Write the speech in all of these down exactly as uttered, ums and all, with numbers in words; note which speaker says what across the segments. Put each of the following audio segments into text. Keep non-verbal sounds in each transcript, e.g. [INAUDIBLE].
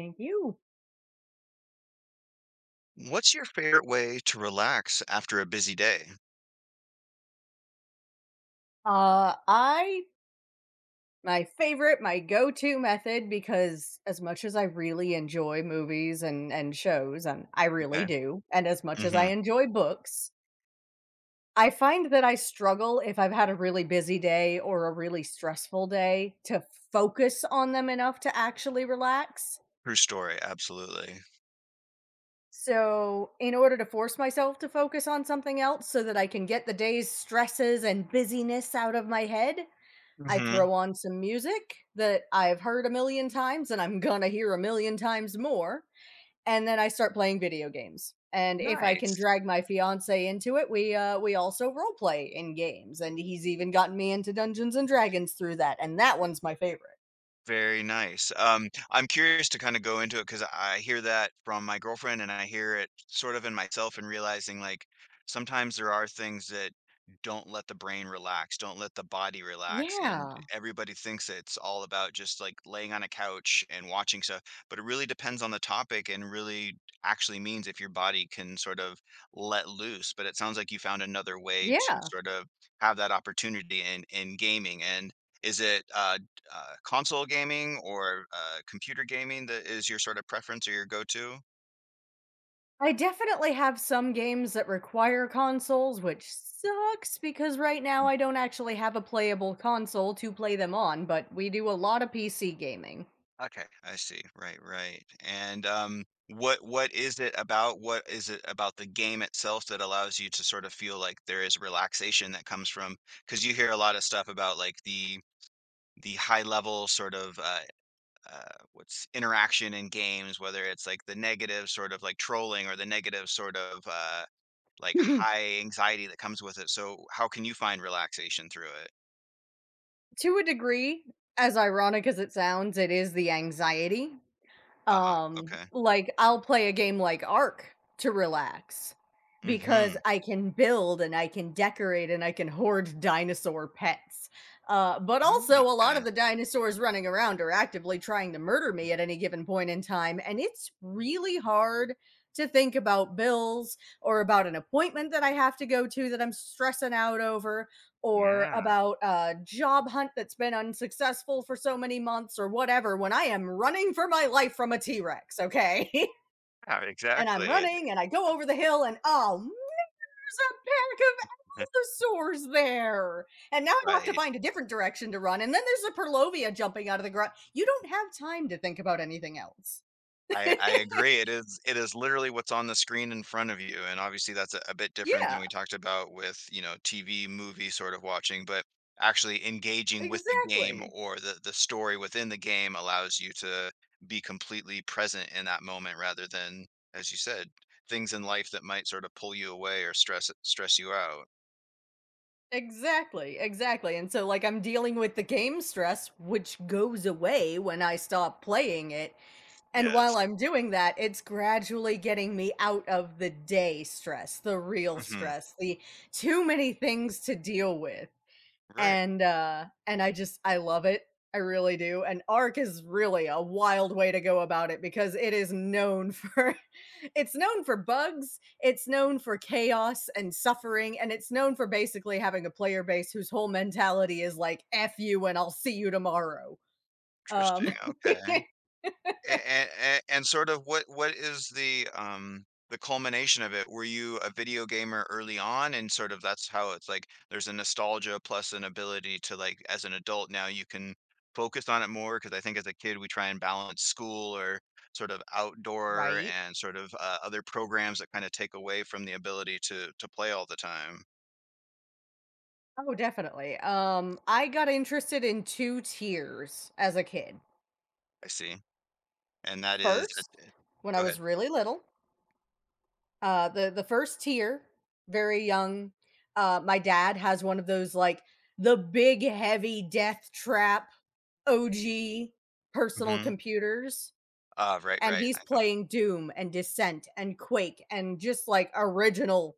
Speaker 1: Thank you.
Speaker 2: What's your favorite way to relax after a busy day?
Speaker 1: Uh, I my favorite, my go-to method, because as much as I really enjoy movies and and shows, and I really
Speaker 2: Okay.
Speaker 1: do, and as much as I
Speaker 2: Hmm.
Speaker 1: enjoy books, I find that I struggle, if I've had a really busy day or a really stressful day, to focus on them enough to actually relax.
Speaker 2: True story. Absolutely.
Speaker 1: So, in order to force myself to focus on something else so that I can get the day's stresses and busyness out of my head, I
Speaker 2: Hmm.
Speaker 1: throw on some music that I've heard a million times and I'm gonna hear a million times more, and then I start playing video games. And if I can
Speaker 2: Nice.
Speaker 1: drag my fiance into it, we uh we also role play in games, and he's even gotten me into Dungeons and Dragons through that, and that one's my favorite.
Speaker 2: Very nice. Um, I'm curious to kind of go into it because I hear that from my girlfriend and I hear it sort of in myself and realizing like sometimes there are things that don't let the brain relax, don't let the body relax. And
Speaker 1: Yeah.
Speaker 2: everybody thinks it's all about just like laying on a couch and watching stuff, but it really depends on the topic and really actually means if your body can sort of let loose. But it sounds like you found another way to
Speaker 1: Yeah.
Speaker 2: sort of have that opportunity in in gaming. And is it uh uh, console gaming or, uh, computer gaming that is your sort of preference or your go-to?
Speaker 1: I definitely have some games that require consoles, which sucks because right now I don't actually have a playable console to play them on, but we do a lot of P C gaming.
Speaker 2: Okay, I see. Right, right. And, um, what what is it about what is it about the game itself that allows you to sort of feel like there is relaxation that comes from? Because you hear a lot of stuff about, like, the the high level sort of, uh, uh, what's interaction in games, whether it's, like, the negative sort of, like, trolling or the negative sort of, uh, like,
Speaker 1: [LAUGHS]
Speaker 2: high anxiety that comes with it. So how can you find relaxation through it?
Speaker 1: To a degree, as ironic as it sounds, it is the anxiety.
Speaker 2: Uh-huh,
Speaker 1: Um,
Speaker 2: okay.
Speaker 1: like, I'll play a game like Ark to relax because
Speaker 2: Mhm.
Speaker 1: I can build and I can decorate and I can hoard dinosaur pets. Uh, but
Speaker 2: Mm,
Speaker 1: also, a lot of
Speaker 2: okay.
Speaker 1: the dinosaurs running around are actively trying to murder me at any given point in time. And it's really hard to think about bills, or about an appointment that I have to go to that I'm stressing out over, or
Speaker 2: Yeah.
Speaker 1: about a job hunt that's been unsuccessful for so many months or whatever, when I am running for my life from a T Rex, okay?
Speaker 2: Yeah,
Speaker 1: [LAUGHS] And I'm
Speaker 2: exactly, it
Speaker 1: running and I go over the hill, and, oh, there's a pack of
Speaker 2: [LAUGHS]
Speaker 1: allosaurs there. And now I have to
Speaker 2: right.
Speaker 1: find a different direction to run. And then there's a Perlovia jumping out of the ground. You don't have time to think about anything else.
Speaker 2: I I
Speaker 1: [LAUGHS]
Speaker 2: agree, it is it is literally what's on the screen in front of you, and obviously that's a a bit different than
Speaker 1: Yeah,
Speaker 2: we talked about with, you know, T V, movie sort of watching, but actually engaging with the game
Speaker 1: exactly.
Speaker 2: or the the story within the game allows you to be completely present in that moment rather than, as you said, things in life that might sort of pull you away or stress stress you out.
Speaker 1: Exactly, exactly. And so, like, I'm dealing with the game stress, which goes away when I stop playing it. And while
Speaker 2: Yes.
Speaker 1: I'm doing that, it's gradually getting me out of the day stress, the real
Speaker 2: Mhm.
Speaker 1: stress, the too many things to deal with,
Speaker 2: Right.
Speaker 1: and uh and I just I love it. I really do. And Ark is really a wild way to go about it because it is known for [LAUGHS] it's known for bugs, it's known for chaos and suffering, and it's known for basically having a player base whose whole mentality is like, F you and I'll see you tomorrow. Um
Speaker 2: Interesting,
Speaker 1: [LAUGHS]
Speaker 2: okay. and and sort of what what is the, um, the culmination of it? Were you a video gamer early on and sort of that's how it's like there's a nostalgia plus an ability to, like, as an adult now you can focus on it more because I think as a kid we try and balance school or sort of outdoor
Speaker 1: Right.
Speaker 2: and sort of, uh, other programs that kinda take away from the ability to to play all the time.
Speaker 1: Oh, definitely. Um, I got interested in two tiers as a kid.
Speaker 2: I see. And that is, uh,
Speaker 1: First,
Speaker 2: eh
Speaker 1: when I
Speaker 2: Go
Speaker 1: was
Speaker 2: ahead.
Speaker 1: really little. Uh, the the first tier, very young. Uh, my dad has one of those, like, the big heavy death trap O G personal
Speaker 2: Mhm.
Speaker 1: computers,
Speaker 2: Ah, right,
Speaker 1: and
Speaker 2: right,
Speaker 1: he's
Speaker 2: I know.
Speaker 1: playing Doom and Descent and Quake and just, like, original,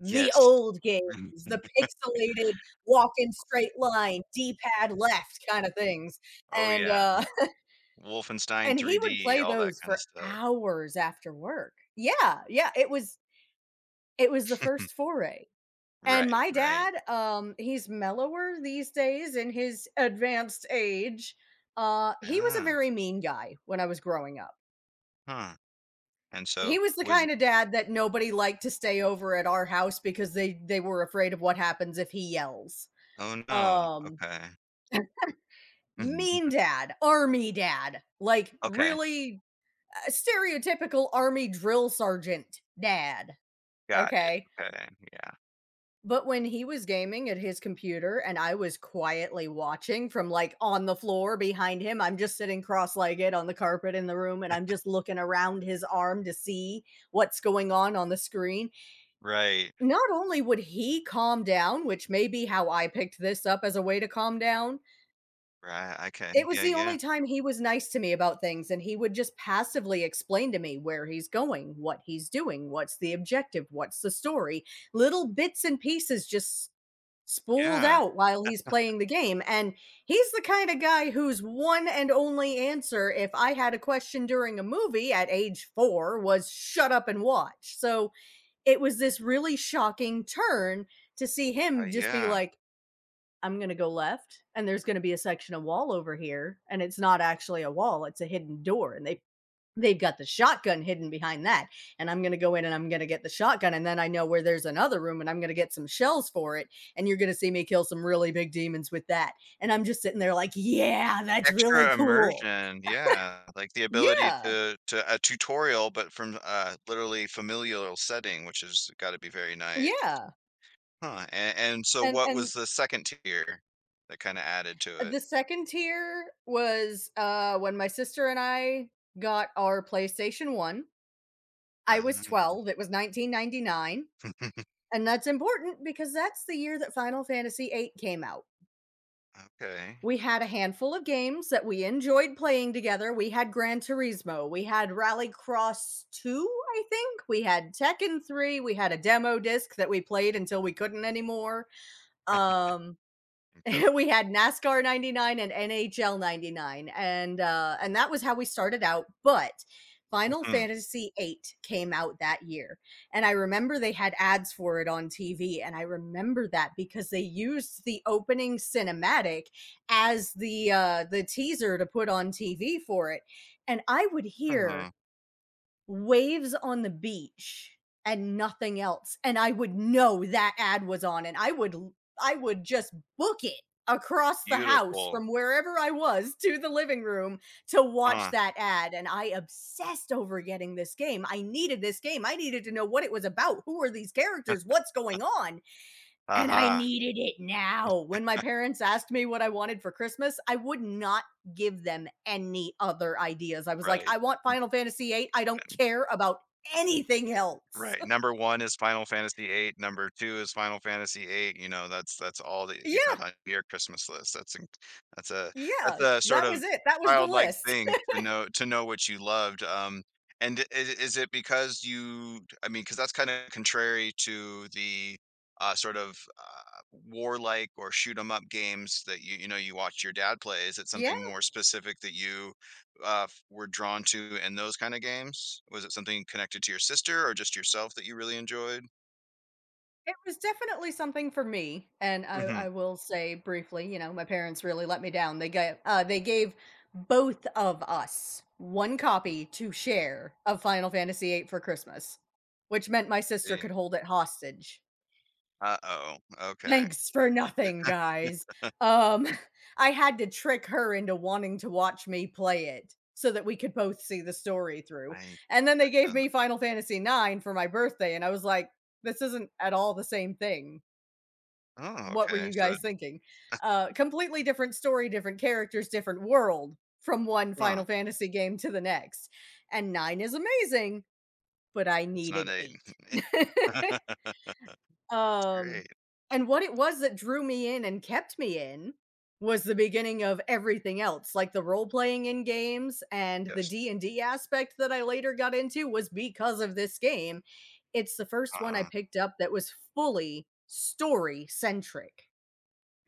Speaker 1: the
Speaker 2: Yes.
Speaker 1: old games,
Speaker 2: [LAUGHS]
Speaker 1: the pixelated walk in straight line, D pad left kind of things,
Speaker 2: Oh,
Speaker 1: and
Speaker 2: yeah.
Speaker 1: uh, [LAUGHS] and
Speaker 2: Wolfenstein
Speaker 1: he would
Speaker 2: three D,
Speaker 1: play
Speaker 2: all that
Speaker 1: those
Speaker 2: kinda
Speaker 1: for
Speaker 2: stuff.
Speaker 1: hours after work. Yeah, yeah, it was it was the first
Speaker 2: [LAUGHS]
Speaker 1: foray. And
Speaker 2: Right,
Speaker 1: my
Speaker 2: right.
Speaker 1: dad, um, he's mellower these days in his advanced age. Uh, he was a
Speaker 2: Ah,
Speaker 1: very mean guy when I was growing up.
Speaker 2: huh, and so
Speaker 1: He was the
Speaker 2: was
Speaker 1: kind of dad that nobody liked to stay over at our house because they they were afraid of what happens if he yells.
Speaker 2: oh, no,
Speaker 1: Um,
Speaker 2: okay. Mhm.
Speaker 1: mean dad, army dad, like,
Speaker 2: Okay,
Speaker 1: really uh, stereotypical army drill sergeant dad.
Speaker 2: got it,
Speaker 1: Okay.
Speaker 2: okay, yeah.
Speaker 1: But when he was gaming at his computer and I was quietly watching from, like, on the floor behind him, I'm just sitting cross-legged on the carpet in the room, and I'm just looking around his arm to see what's going on on the screen.
Speaker 2: Right,
Speaker 1: Not only would he calm down, which may be how I picked this up as a way to calm down,
Speaker 2: right, okay,
Speaker 1: it was
Speaker 2: yeah,
Speaker 1: the
Speaker 2: yeah,
Speaker 1: only time he was nice to me about things, and he would just passively explain to me where he's going, what he's doing, what's the objective, what's the story, little bits and pieces just spooled
Speaker 2: yeah,
Speaker 1: out while he's playing the game. And he's the kind of guy whose one and only answer, if I had a question during a movie at age four, was, shut up and watch. So it was this really shocking turn to see
Speaker 2: uh,
Speaker 1: him just be
Speaker 2: yeah.
Speaker 1: like, I'm going to go left, and there's going to be a section of wall over here. And it's not actually a wall, it's a hidden door. And they They've got the shotgun hidden behind that, and I'm gonna go in and I'm gonna get the shotgun, and then I know where there's another room, and I'm gonna get some shells for it, and you're gonna see me kill some really big demons with that. And I'm just sitting there like, "Yeah, that's really
Speaker 2: Extra
Speaker 1: cool."
Speaker 2: immersion, yeah, like, the ability
Speaker 1: Yeah,
Speaker 2: to to a tutorial, but from, uh, literally familial setting, which has gotta be very nice.
Speaker 1: yeah,
Speaker 2: Huh, and and so
Speaker 1: and
Speaker 2: what
Speaker 1: and
Speaker 2: was the second tier that kinda added to it?
Speaker 1: the second tier was, uh, when my sister and I got our PlayStation one. I
Speaker 2: Ah,
Speaker 1: was
Speaker 2: yeah.
Speaker 1: twelve, it was nineteen ninety-nine, and that's important because that's the year that Final Fantasy eight came out.
Speaker 2: Okay,
Speaker 1: We had a handful of games that we enjoyed playing together. We had Gran Turismo, we had Rallycross two, I think, we had Tekken three, we had a demo disc that we played until we couldn't anymore. Um [LAUGHS]
Speaker 2: incredible.
Speaker 1: We had NASCAR 'ninety-nine and N H L 'ninety-nine, and, uh, and that was how we started out, but Final
Speaker 2: Mm,
Speaker 1: Fantasy eight came out that year, and I remember they had ads for it on T V, and I remember that because they used the opening cinematic as the, uh, the teaser to put on T V for it, and I would hear
Speaker 2: uh-huh,
Speaker 1: waves on the beach and nothing else, and I would know that ad was on, and i would I would just book it across the house
Speaker 2: beautiful.
Speaker 1: from wherever I was to the living room to watch
Speaker 2: Uh,
Speaker 1: that ad. And I obsessed over getting this game. I needed this game. I needed to know what it was about, who are these characters, what's going on, and I
Speaker 2: aha,
Speaker 1: needed it now. When my parents asked me what I wanted for Christmas, I would not give them any other ideas. I was like,
Speaker 2: right.
Speaker 1: "I want Final Fantasy eight. I don't care about anything else."
Speaker 2: Right.
Speaker 1: [LAUGHS]
Speaker 2: Number one is Final Fantasy eight, number two is Final Fantasy eight, you know, that's that's all that you
Speaker 1: Yeah,
Speaker 2: had on your Christmas list. That's inc that's a
Speaker 1: yeah.
Speaker 2: that's a sort
Speaker 1: That
Speaker 2: of
Speaker 1: was it. That was the
Speaker 2: childlike
Speaker 1: list.
Speaker 2: thing to know to know what you loved, um, and I is is it because you I mean, because that's kinda contrary to the, uh, sort of, uh, warlike or shoot 'em up games that you you know, you watched your dad play. Is it
Speaker 1: [LAUGHS]
Speaker 2: something
Speaker 1: Yeah.
Speaker 2: more specific that you uh, f- were drawn to in those kind of games? Was it something connected to your sister or just yourself that you really enjoyed?
Speaker 1: It was definitely something for me, and I I
Speaker 2: Mhm.
Speaker 1: will say briefly, you know, my parents really let me down. They gave uh, they gave both of us one copy to share of Final Fantasy eight for Christmas, which meant my sister could hold it hostage.
Speaker 2: Uh-oh.
Speaker 1: [LAUGHS]
Speaker 2: Okay.
Speaker 1: Thanks for nothing, guys.
Speaker 2: [LAUGHS]
Speaker 1: Um, [LAUGHS] I had to trick her into wanting to watch me play it so that we could both see the story through.
Speaker 2: I
Speaker 1: And then they gave me Final Fantasy nine for my birthday, and I was like, this isn't at all the same thing,
Speaker 2: Oh,
Speaker 1: what were
Speaker 2: okay.
Speaker 1: you
Speaker 2: So,
Speaker 1: guys thinking? Uh, completely different story, different characters, different world from one
Speaker 2: huh.
Speaker 1: Final Fantasy game to the next. And nine is amazing, but I
Speaker 2: It's not
Speaker 1: needed
Speaker 2: eight.
Speaker 1: eight.
Speaker 2: [LAUGHS]
Speaker 1: [LAUGHS]
Speaker 2: It's
Speaker 1: Um,
Speaker 2: great.
Speaker 1: and what it was that drew me in and kept me in was the beginning of everything else, like the role playing in games and the
Speaker 2: Yes.
Speaker 1: D and D aspect that I later got into, was because of this game. It's the first one I
Speaker 2: uh
Speaker 1: picked up that was fully story centric.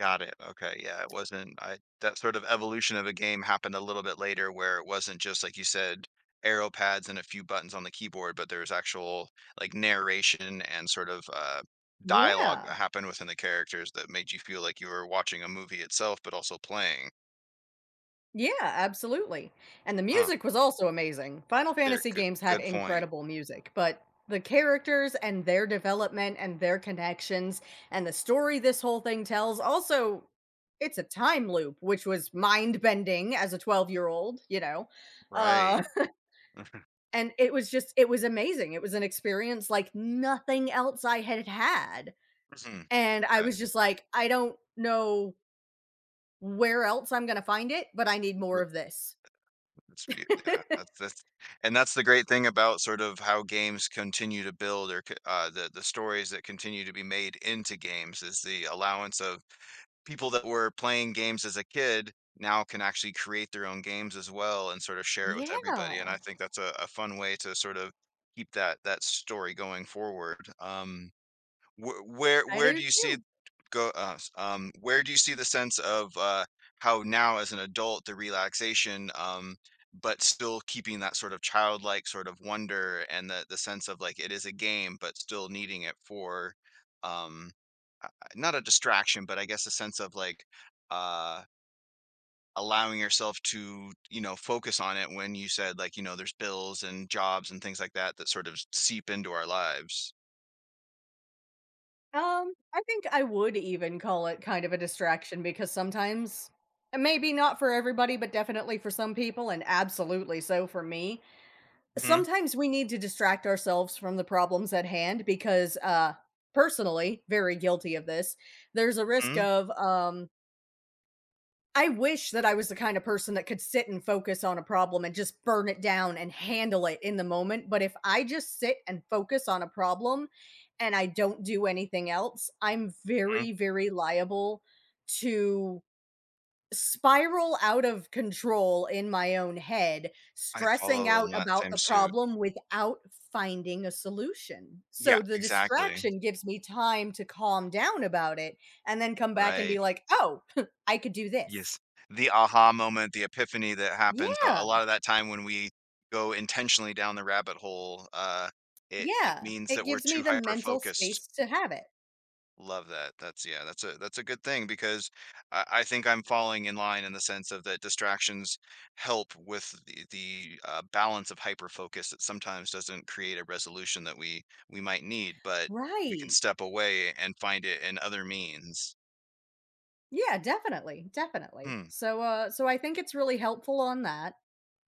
Speaker 2: Got it, okay, yeah, it wasn't I that sort of evolution of a game happened a little bit later where it wasn't just, like you said, arrow pads and a few buttons on the keyboard, but there was actual, like, narration and sort of, uh, dialogue
Speaker 1: Yeah.
Speaker 2: that happened within the characters that made you feel like you were watching a movie itself, but also playing.
Speaker 1: Yeah, absolutely, and the
Speaker 2: Huh,
Speaker 1: music was also amazing. Final
Speaker 2: there
Speaker 1: Fantasy
Speaker 2: good
Speaker 1: games have
Speaker 2: good point.
Speaker 1: incredible music, but the characters and their development and their connections and the story this whole thing tells, also, it's a time loop, which was mind-bending as a twelve-year-old, you know, uh,
Speaker 2: Right. [LAUGHS]
Speaker 1: [LAUGHS] and it was just, it was amazing. It was an experience like nothing else I had had,
Speaker 2: Mhm, mhm,
Speaker 1: and I
Speaker 2: yeah.
Speaker 1: was just like, "I don't know where else I'm gonna find it, but I need more of this."
Speaker 2: It's beau yeah,
Speaker 1: [LAUGHS]
Speaker 2: that's that's and that's the great thing about sort of how games continue to build or c uh, the the stories that continue to be made into games is the allowance of people that were playing games as a kid now can actually create their own games as well and sort of share it with everybody, and
Speaker 1: Yeah,
Speaker 2: I think that's a a fun way to sort of keep that that story going forward. Um Wh where
Speaker 1: I
Speaker 2: where
Speaker 1: do
Speaker 2: do you see
Speaker 1: too.
Speaker 2: it go uh, s um, where do you see the sense of, uh, how now as an adult, the relaxation, um, but still keeping that sort of childlike sort of wonder and the the sense of, like, it is a game, but still needing it for, um, uh, uh, not a distraction, but I guess a sense of, like, uh, allowing yourself to, you know, focus on it when you said, like, you know, there's bills and jobs and things like that that sort of seep into our lives.
Speaker 1: Um, I think I would even call it kind of a distraction because, sometimes, and maybe not for everybody, but definitely for some people, and absolutely so for me,
Speaker 2: Mhm.
Speaker 1: sometimes we need to distract ourselves from the problems at hand because, uh, personally, very guilty of this. There's a risk
Speaker 2: Mhm.
Speaker 1: of um I wish that I was the kind of person that could sit and focus on a problem and just burn it down and handle it in the moment. But if I just sit and focus on a problem and I don't do anything else, I'm very, very liable to spiral out of control in my own head,
Speaker 2: I
Speaker 1: stressing
Speaker 2: follow in
Speaker 1: out
Speaker 2: that
Speaker 1: about
Speaker 2: same
Speaker 1: the
Speaker 2: suit.
Speaker 1: problem without finding a solution.
Speaker 2: Yeah,
Speaker 1: So the
Speaker 2: exactly.
Speaker 1: distraction gives me time to calm down about it and then come back and be
Speaker 2: Right.
Speaker 1: like, oh, [LAUGHS] I could do this.
Speaker 2: Yes. The aha moment, the epiphany that happens a a
Speaker 1: Yeah,
Speaker 2: lot of that time when we go intentionally down the rabbit hole, uh, it it
Speaker 1: yeah,
Speaker 2: means
Speaker 1: it
Speaker 2: that we're
Speaker 1: gives me
Speaker 2: too
Speaker 1: the
Speaker 2: hyper
Speaker 1: mental
Speaker 2: focused.
Speaker 1: space to have it.
Speaker 2: Love that. That's yeah, that's a that's a good thing because I, I think I'm falling in line in the sense of that distractions help with the, the uh, balance of hyper focus that sometimes doesn't create a resolution that we we might need, but we can
Speaker 1: Right.
Speaker 2: step away and find it in other means.
Speaker 1: Yeah, definitely, definitely.
Speaker 2: Hmm.
Speaker 1: So, uh, so I think it's really helpful on that.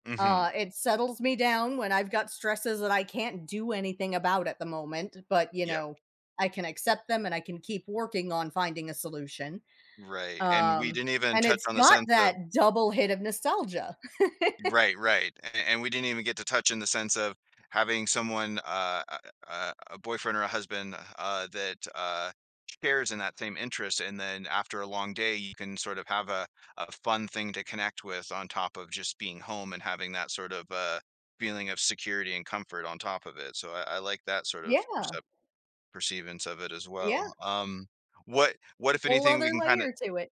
Speaker 2: Mm-hmm.
Speaker 1: Uh, it settles me down when I've got stresses that I can't do anything about at the moment, but, you
Speaker 2: Yep.
Speaker 1: know, I can accept them and I can keep working on finding a solution.
Speaker 2: Right. And we
Speaker 1: Um,
Speaker 2: didn't even
Speaker 1: and
Speaker 2: touch
Speaker 1: it's
Speaker 2: on the
Speaker 1: got
Speaker 2: sense of
Speaker 1: that double hit of nostalgia. [LAUGHS]
Speaker 2: right, right, a and we didn't even get to touch in the sense of having someone, uh, a a a boyfriend or a husband, uh, that, uh, shares in that same interest, and then after a long day, you can sort of have a a fun thing to connect with on top of just being home and having that sort of, uh, feeling of security and comfort on top of it, so I I like that sort of
Speaker 1: Yeah,
Speaker 2: percep perceivance of it as
Speaker 1: yeah,
Speaker 2: well. um, what what, if
Speaker 1: whole
Speaker 2: anything,
Speaker 1: other
Speaker 2: we can kinda
Speaker 1: layer to it.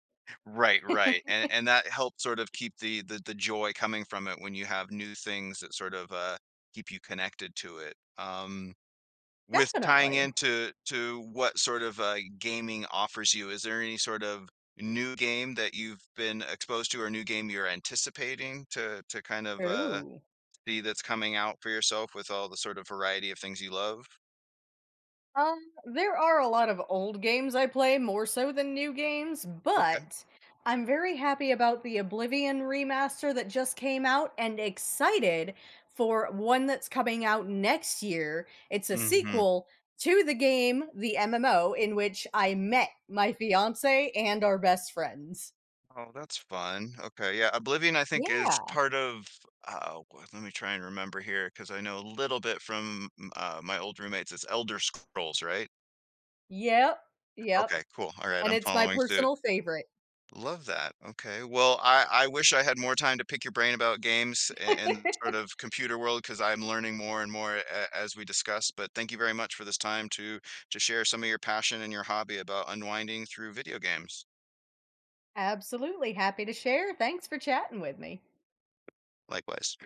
Speaker 2: right,
Speaker 1: [LAUGHS]
Speaker 2: right, and and that helps sort of keep the the the joy coming from it when you have new things that sort of, uh, keep you connected to it. Um, with tying
Speaker 1: Definitely.
Speaker 2: into to what sort of, uh, gaming offers you, is there any sort of new game that you've been exposed to or new game you're anticipating to to kind of, uh,
Speaker 1: Ooh.
Speaker 2: see that's coming out for yourself with all the sort of variety of things you love?
Speaker 1: Um, there are a lot of old games I play more so than new games,
Speaker 2: Okay.
Speaker 1: but I'm very happy about the Oblivion remaster that just came out, and excited for one that's coming out next year. It's a
Speaker 2: Mhm.
Speaker 1: sequel to the game, the M M O, in which I met my fiance and our best friends.
Speaker 2: Oh, that's fun. Okay, yeah, Oblivion, I think, is
Speaker 1: Yeah.
Speaker 2: part of, uh, w let me try and remember here, because I know a little bit from, m uh, my old roommates, it's Elder Scrolls, right?
Speaker 1: Yep. Yep.
Speaker 2: Okay, cool, alright,
Speaker 1: And
Speaker 2: I'm
Speaker 1: it's my
Speaker 2: following suit.
Speaker 1: personal favorite.
Speaker 2: Love that, okay, well, I I wish I had more time to pick your brain about games a and the
Speaker 1: [LAUGHS]
Speaker 2: sort of computer world, because 'cause I'm learning more and more a as we discussed, but thank you very much for this time to to share some of your passion and your hobby about unwinding through video games.
Speaker 1: Absolutely happy to share. Thanks for chatting with me.
Speaker 2: Likewise.